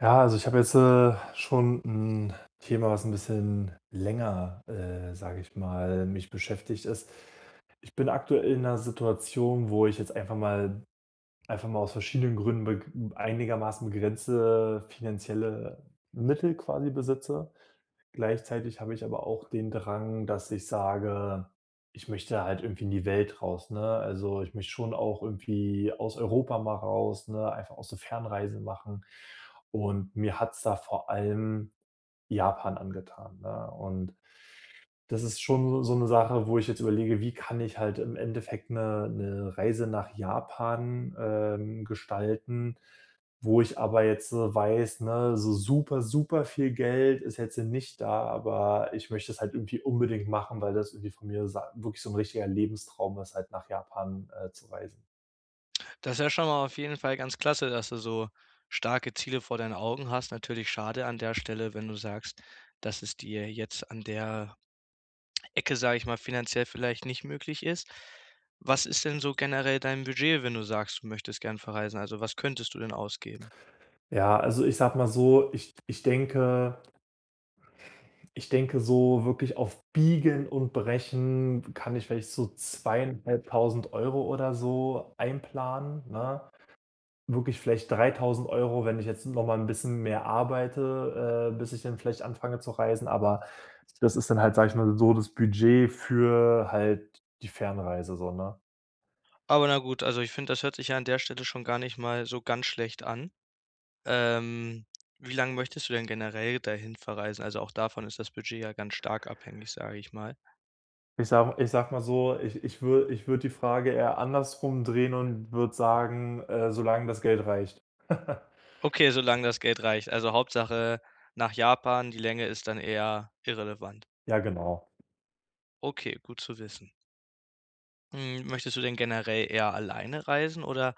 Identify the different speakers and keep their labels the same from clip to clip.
Speaker 1: Ja, also ich habe jetzt, schon ein Thema, was ein bisschen länger, sage ich mal, mich beschäftigt ist. Ich bin aktuell in einer Situation, wo ich jetzt einfach mal aus verschiedenen Gründen beg einigermaßen begrenzte finanzielle Mittel quasi besitze. Gleichzeitig habe ich aber auch den Drang, dass ich sage, ich möchte halt irgendwie in die Welt raus, ne? Also, ich möchte schon auch irgendwie aus Europa mal raus, ne, einfach auch so Fernreisen machen. Und mir hat's da vor allem Japan angetan, ne? Und das ist schon so 'ne Sache, wo ich jetzt überlege, wie kann ich halt im Endeffekt 'ne Reise nach Japan, gestalten, wo ich aber jetzt so weiß, ne, so super, super viel Geld ist jetzt nicht da, aber ich möchte es halt irgendwie unbedingt machen, weil das irgendwie von mir sa wirklich so 'n richtiger Lebenstraum ist, halt nach Japan, zu reisen.
Speaker 2: Das ist ja schon mal auf jeden Fall ganz klasse, dass du so starke Ziele vor deinen Augen hast. Natürlich schade an der Stelle, wenn du sagst, dass es dir jetzt an der Ecke, sage ich mal, finanziell vielleicht nicht möglich ist. Was ist denn so generell dein Budget, wenn du sagst, du möchtest gern verreisen? Also was könntest du denn ausgeben?
Speaker 1: Ja, also, ich sage mal so, ich denke, so wirklich auf Biegen und Brechen kann ich vielleicht so 2.500 Euro oder so einplanen, ne? Wirklich vielleicht 3.000 Euro, wenn ich jetzt noch mal 'n bisschen mehr arbeite, bis ich dann vielleicht anfange zu reisen, aber das ist dann halt, sage ich mal, so das Budget für halt die Fernreise so, ne?
Speaker 2: Aber na gut, also ich finde, das hört sich ja an der Stelle schon gar nicht mal so ganz schlecht an. Ähm, Wie lange möchtest du denn generell dahin verreisen? Also auch davon ist das Budget ja ganz stark abhängig, sage ich mal.
Speaker 1: Ich sage mal so, ich würde die Frage eher andersrum drehen und würde sagen, solange das Geld reicht.
Speaker 2: Okay, solange das Geld reicht. Also Hauptsache nach Japan, die Länge ist dann eher irrelevant.
Speaker 1: Ja, genau.
Speaker 2: Okay, gut zu wissen. Hm, möchtest du denn generell eher alleine reisen oder,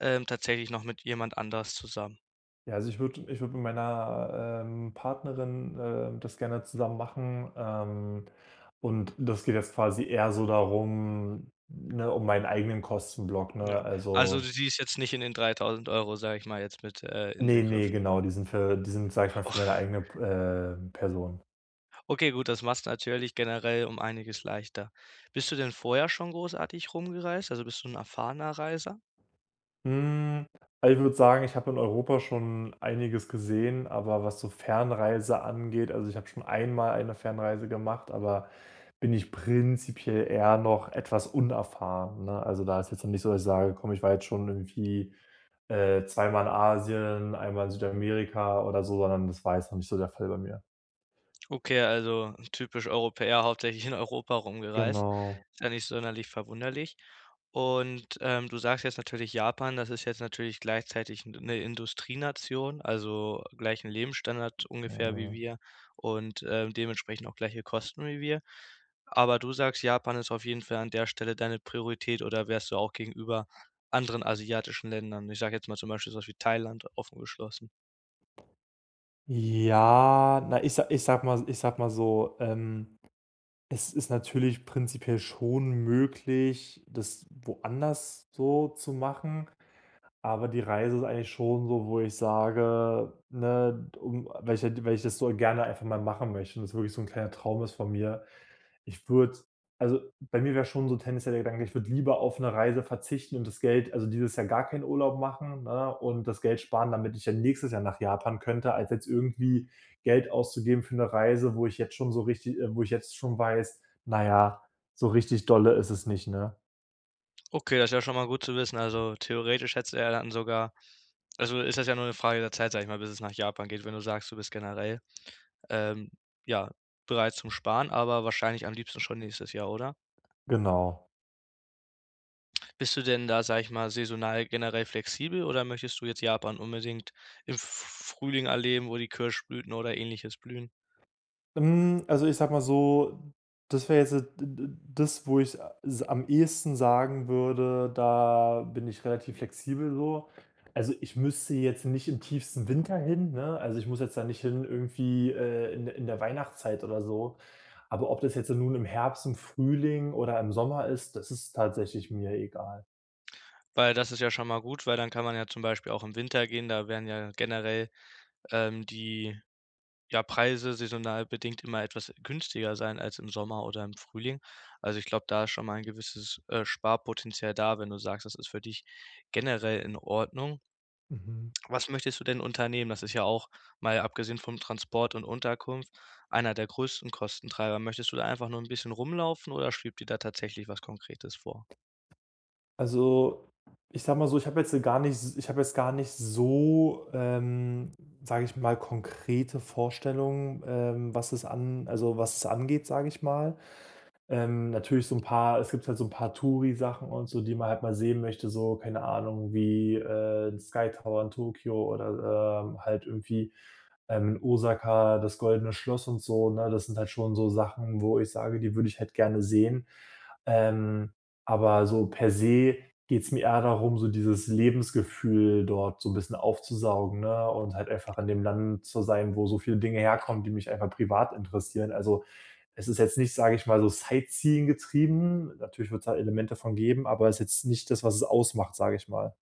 Speaker 2: tatsächlich noch mit jemand anders zusammen?
Speaker 1: Ja, also ich würde mit meiner Partnerin das gerne zusammen machen. Und das geht jetzt quasi eher so darum, ne, um meinen eigenen Kostenblock, ne?
Speaker 2: Ja. Also du
Speaker 1: Also,
Speaker 2: siehst jetzt nicht in den 3.000 Euro, sage ich mal, jetzt mit,
Speaker 1: ne, ne,
Speaker 2: inbegriffen.
Speaker 1: genau, die sind, sage ich mal, für
Speaker 2: O
Speaker 1: meine eigene, Person.
Speaker 2: okay, gut, das macht natürlich generell um einiges leichter. Bist du denn vorher schon großartig rumgereist? Also bist du ein erfahrener Reiser?
Speaker 1: Hm, also, ich würde sagen, ich habe in Europa schon einiges gesehen, aber was so Fernreise angeht, also, ich habe schon einmal eine Fernreise gemacht, aber bin ich prinzipiell eher noch etwas unerfahren, ne? Also, da ist jetzt noch nicht so, dass ich sage: „Komm, ich war jetzt schon irgendwie, zweimal in Asien, einmal in Südamerika" oder so, sondern das war jetzt noch nicht so der Fall bei mir.
Speaker 2: Okay, also typisch Europäer, hauptsächlich in Europa rumgereist.
Speaker 1: Genau.
Speaker 2: Ist ja nicht sonderlich verwunderlich. Und, du sagst jetzt natürlich Japan, das ist jetzt natürlich gleichzeitig 'n 'ne Industrienation, also gleichen Lebensstandard ungefähr wie
Speaker 1: Mhm.
Speaker 2: wir und, dementsprechend auch gleiche Kosten wie wir. Aber du sagst, Japan ist auf jeden Fall an der Stelle deine Priorität oder wärst du auch gegenüber anderen asiatischen Ländern, ich sage jetzt mal zum Beispiel so was wie Thailand, offen geschlossen?
Speaker 1: Ja, na, ich sag mal so, es ist natürlich prinzipiell schon möglich, das woanders so zu machen. Aber die Reise ist eigentlich schon so, wo ich sage, ne, um weil ich das so gerne einfach mal machen möchte und das wirklich so ein kleiner Traum ist von mir. Ich würde also, bei mir wäre schon so tendenziell der Gedanke, ich würde lieber auf eine Reise verzichten und das Geld, also, dieses Jahr gar keinen Urlaub machen, ne, und das Geld sparen, damit ich dann nächstes Jahr nach Japan könnte, als jetzt irgendwie Geld auszugeben für eine Reise, wo ich jetzt schon weiß, na ja, so richtig dolle ist es nicht, ne?
Speaker 2: Okay, das ist ja schon mal gut zu wissen. Also, theoretisch hättest du ja dann sogar also, ist das ja nur eine Frage der Zeit, sage ich mal, bis es nach Japan geht, wenn du sagst, du bist generell, ähm, ja, bereit zum Sparen, aber wahrscheinlich am liebsten schon nächstes Jahr, oder?
Speaker 1: Genau.
Speaker 2: Bist du denn da, sage ich mal, saisonal generell flexibel oder möchtest du jetzt Japan unbedingt im F Frühling erleben, wo die Kirschblüten oder Ähnliches blühen?
Speaker 1: Hm, also, ich sag mal so, das wäre jetzt d d das, wo ich s am ehesten sagen würde, da bin ich relativ flexibel so. Also, ich müsste jetzt nicht im tiefsten Winter hin, ne? Also, ich muss jetzt da nicht hin irgendwie, in der Weihnachtszeit oder so. Aber ob das jetzt nun im Herbst, im Frühling oder im Sommer ist, das ist tatsächlich mir egal.
Speaker 2: Weil das ist ja schon mal gut, weil dann kann man ja zum Beispiel auch im Winter gehen, da werden ja generell, die ja, Preise saisonal bedingt immer etwas günstiger sein als im Sommer oder im Frühling. Also, ich glaube, da ist schon mal ein gewisses, Sparpotenzial da, wenn du sagst, das ist für dich generell in Ordnung.
Speaker 1: Mhm.
Speaker 2: Was möchtest du denn unternehmen? Das ist ja auch, mal abgesehen vom Transport und Unterkunft, einer der größten Kostentreiber. Möchtest du da einfach nur ein bisschen rumlaufen oder schwebt dir da tatsächlich was Konkretes vor?
Speaker 1: Also, ich sage mal so, ich habe jetzt gar nicht so, sage ich mal, konkrete Vorstellungen, was es an also, was es angeht, sage ich mal. Natürlich so 'n paar, es gibt halt so 'n paar Touri-Sachen und so, die man halt mal sehen möchte, so, keine Ahnung, wie, Sky Tower in Tokio oder, halt irgendwie, in Osaka das Goldene Schloss und so, ne? Das sind halt schon so Sachen, wo ich sage, die würde ich halt gerne sehen. Ähm, aber so per se geht's mir eher darum, so dieses Lebensgefühl dort so 'n bisschen aufzusaugen, ne, und halt einfach in dem Land zu sein, wo so viele Dinge herkommen, die mich einfach privat interessieren. Also, es ist jetzt nicht, sage ich mal, so Sightseeing getrieben. Natürlich wird's da Elemente von geben, aber ist jetzt nicht das, was es ausmacht, sage ich mal.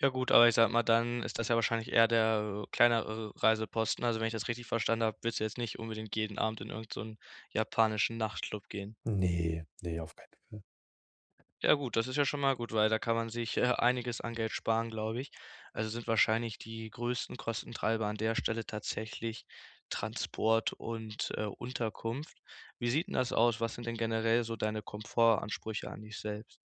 Speaker 2: Ja gut, aber ich sag mal, dann ist das ja wahrscheinlich eher der, kleinere Reiseposten. Also, wenn ich das richtig verstanden habe, willst du jetzt nicht unbedingt jeden Abend in irgendeinen japanischen Nachtclub gehen?
Speaker 1: Ne, ne, auf keinen Fall.
Speaker 2: Ja gut, das ist ja schon mal gut, weil da kann man sich, einiges an Geld sparen, glaube ich. Also, sind wahrscheinlich die größten Kostentreiber an der Stelle tatsächlich Transport und, Unterkunft. Wie sieht denn das aus? Was sind denn generell so deine Komfortansprüche an dich selbst?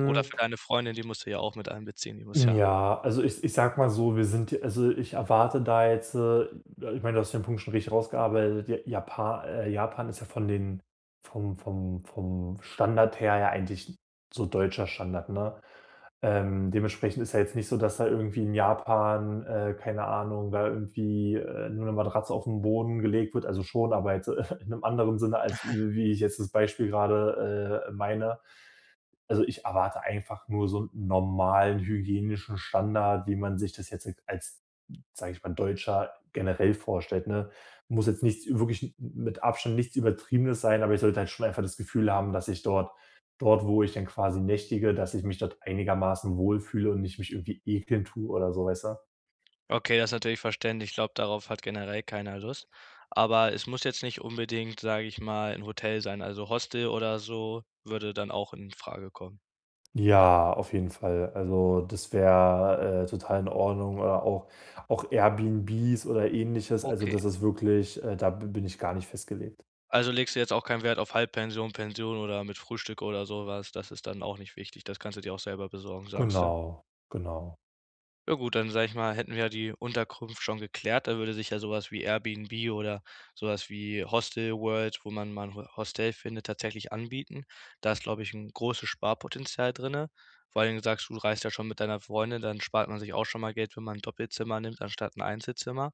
Speaker 2: Oder für deine Freundin, die musst du ja auch mit einbeziehen, die muss ja
Speaker 1: Ja, also ich sag mal so, wir sind ja, also ich erwarte da jetzt. Ich meine, du hast den Punkt schon richtig rausgearbeitet. Japan ist ja von den, vom Standard her ja eigentlich so deutscher Standard, ne? Dementsprechend ist ja jetzt nicht so, dass da irgendwie in Japan, keine Ahnung, da irgendwie, nur 'ne Matratze auf 'n Boden gelegt wird, also schon, aber jetzt, in einem anderen Sinne, als wie ich jetzt das Beispiel gerade, meine. Also, ich erwarte einfach nur so einen normalen hygienischen Standard, wie man sich das jetzt als, sage ich mal, Deutscher generell vorstellt, ne? Muss jetzt nichts wirklich, mit Abstand nichts Übertriebenes sein, aber ich sollte halt schon einfach das Gefühl haben, dass ich dort, wo ich dann quasi nächtige, dass ich mich dort einigermaßen wohlfühle und nicht mich irgendwie ekeln tue oder so, weißt du?
Speaker 2: okay, das ist natürlich verständlich. Ich glaube, darauf hat generell keiner Lust. Aber es muss jetzt nicht unbedingt, sage ich mal, 'n Hotel sein, also Hostel oder so würde dann auch in Frage kommen.
Speaker 1: Ja, auf jeden Fall. Also, das wäre, total in Ordnung, oder auch Airbnbs oder Ähnliches. Also,
Speaker 2: Okay.
Speaker 1: das ist wirklich, da bin ich gar nicht festgelegt.
Speaker 2: Also legst du jetzt auch keinen Wert auf Halbpension, Pension oder mit Frühstück oder so was? Das ist dann auch nicht wichtig. Das kannst du dir auch selber besorgen, sagst du?
Speaker 1: Genau, genau.
Speaker 2: Ja gut, dann sage ich mal, hätten wir ja die Unterkunft schon geklärt. Da würde sich ja sowas wie Airbnb oder sowas was wie Hostelworld, wo man mal ein Ho Hostel findet, tatsächlich anbieten. Da ist, glaube ich, ein großes Sparpotenzial drinne. Vor allen Dingen sagst du, du reist ja schon mit deiner Freundin, dann spart man sich auch schon mal Geld, wenn man ein Doppelzimmer nimmt anstatt ein Einzelzimmer.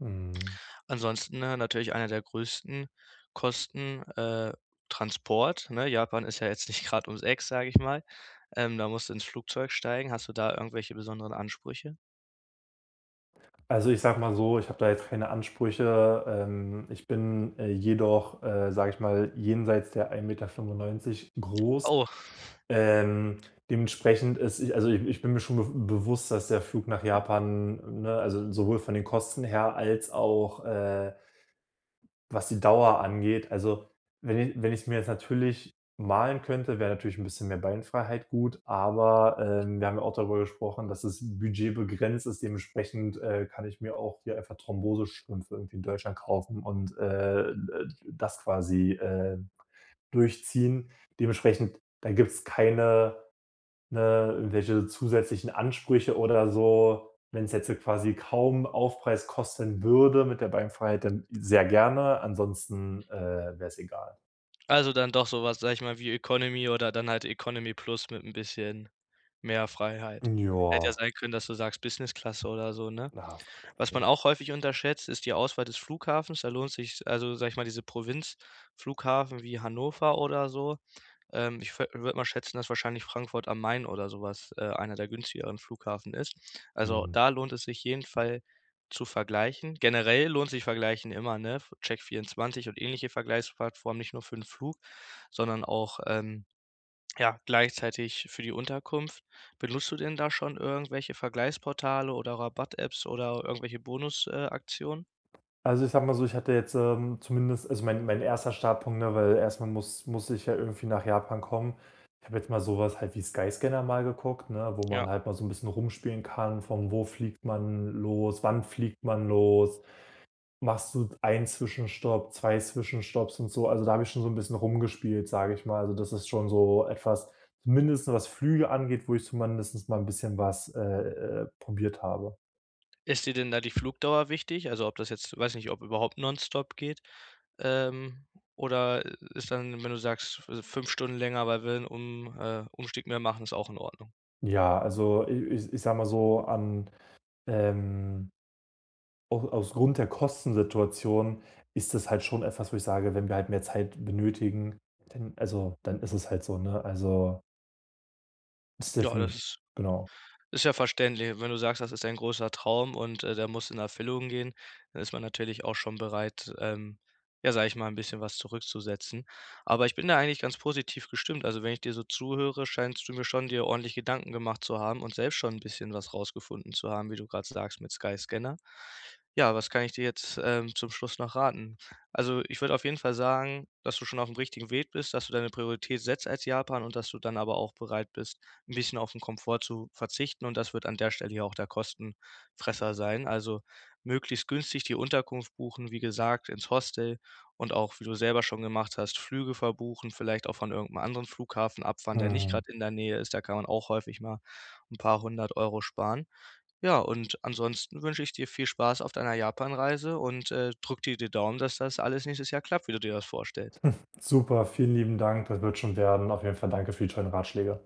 Speaker 1: Mhm.
Speaker 2: Ansonsten, ne, natürlich einer der größten Kosten, Transport, ne? Japan ist ja jetzt nicht gerade ums Eck, sage ich mal. Da musst du ins Flugzeug steigen. Hast du da irgendwelche besonderen Ansprüche?
Speaker 1: Also, ich sage mal so, ich habe da jetzt keine Ansprüche. Ich bin, jedoch, sage ich mal, jenseits der 1,95 Meter groß.
Speaker 2: Oh,
Speaker 1: Ähm, dementsprechend ist ich also, ich bin mir schon be bewusst, dass der Flug nach Japan, ne, also, sowohl von den Kosten her als auch. Was die Dauer angeht, also, wenn ich's mir jetzt natürlich malen könnte, wäre natürlich ein bisschen mehr Beinfreiheit gut, aber, wir haben ja auch darüber gesprochen, dass das Budget begrenzt ist. Dementsprechend, kann ich mir auch hier einfach Thrombosestrümpfe irgendwie in Deutschland kaufen und, das quasi, durchziehen. Dementsprechend, da gibt's keine Ne, irgendwelche zusätzlichen Ansprüche oder so. Wenn es jetzt quasi kaum Aufpreis kosten würde mit der Beinfreiheit, dann sehr gerne, ansonsten, wäre es egal.
Speaker 2: also dann doch so was, sage ich mal, wie Economy oder dann halt Economy Plus mit 'n bisschen mehr Freiheit.
Speaker 1: Ja,
Speaker 2: Hätte ja sein können, dass du sagst Business-Klasse oder so, ne?
Speaker 1: na, auf gar keinen
Speaker 2: Was man
Speaker 1: Fall.
Speaker 2: auch häufig unterschätzt, ist die Auswahl des Flughafens. Da lohnt sich also, sage ich mal, diese Provinzflughafen wie Hannover oder so. Ich würde mal schätzen, dass wahrscheinlich Frankfurt am Main oder sowas einer der günstigeren Flughafen ist. Also,
Speaker 1: Mhm.
Speaker 2: da lohnt es sich jeden Fall zu vergleichen. Generell lohnt sich Vergleichen immer, ne? F Check24 und ähnliche Vergleichsplattformen, nicht nur für den Flug, sondern auch, ja, gleichzeitig für die Unterkunft. Benutzt du denn da schon irgendwelche Vergleichsportale oder Rabatt-Apps oder irgendwelche Bonusaktionen? Aktionen?
Speaker 1: Also, ich sag mal so, ich hatte jetzt, zumindest, also, mein erster Startpunkt, ne, weil erstmal muss ich ja irgendwie nach Japan kommen. Ich habe jetzt mal sowas halt wie Skyscanner mal geguckt, ne, wo
Speaker 2: Ja.
Speaker 1: man halt mal so ein bisschen rumspielen kann, von wo fliegt man los, wann fliegt man los, machst du einen Zwischenstopp, 2 Zwischenstopps und so? Also, da habe ich schon so 'n bisschen rumgespielt, sage ich mal. Also, das ist schon so etwas, zumindest was Flüge angeht, wo ich zumindest mal 'n bisschen was probiert habe.
Speaker 2: Ist dir denn da die Flugdauer wichtig? Also, ob das jetzt weiß nicht, ob überhaupt nonstop geht? Ähm, oder ist dann, wenn du sagst, f 5 Stunden länger, weil wir einen um Umstieg mehr machen, ist auch in Ordnung.
Speaker 1: Ja, also, i ich ich sage mal so, an, ähm au aus Grund der Kostensituation ist das halt schon etwas, wo ich sage, wenn wir halt mehr Zeit benötigen, dann, also, dann ist es halt so, ne? Also, ist ja
Speaker 2: Ja,
Speaker 1: für
Speaker 2: das
Speaker 1: mich.
Speaker 2: ist
Speaker 1: Genau.
Speaker 2: ist ja verständlich, wenn du sagst, das ist ein großer Traum und, der muss in Erfüllung gehen, dann ist man natürlich auch schon bereit, ja, sage ich mal, ein bisschen was zurückzusetzen. Aber ich bin da eigentlich ganz positiv gestimmt. Also, wenn ich dir so zuhöre, scheinst du mir schon dir ordentlich Gedanken gemacht zu haben und selbst schon ein bisschen was rausgefunden zu haben, wie du gerade sagst, mit Sky Scanner. Ja, was kann ich dir jetzt, zum Schluss noch raten? Also, ich würde auf jeden Fall sagen, dass du schon auf dem richtigen Weg bist, dass du deine Priorität setzt als Japan und dass du dann aber auch bereit bist ein bisschen auf 'n Komfort zu verzichten und das wird an der Stelle ja auch der Kostenfresser sein. Also, möglichst günstig die Unterkunft buchen, wie gesagt, ins Hostel und auch, wie du selber schon gemacht hast, Flüge verbuchen, vielleicht auch von irgend 'nem anderen Flughafen abfahren, der nicht
Speaker 1: Mhm.
Speaker 2: grad in der Nähe ist. Da kann man auch häufig mal 'n paar hundert Euro sparen. Ja, und ansonsten wünsche ich dir viel Spaß auf deiner Japanreise und, drücke dir die Daumen, dass das alles nächstes Jahr klappt, wie du dir das vorstellst.
Speaker 1: Super, vielen lieben Dank. Das wird schon werden. Auf jeden Fall danke für die tollen Ratschläge.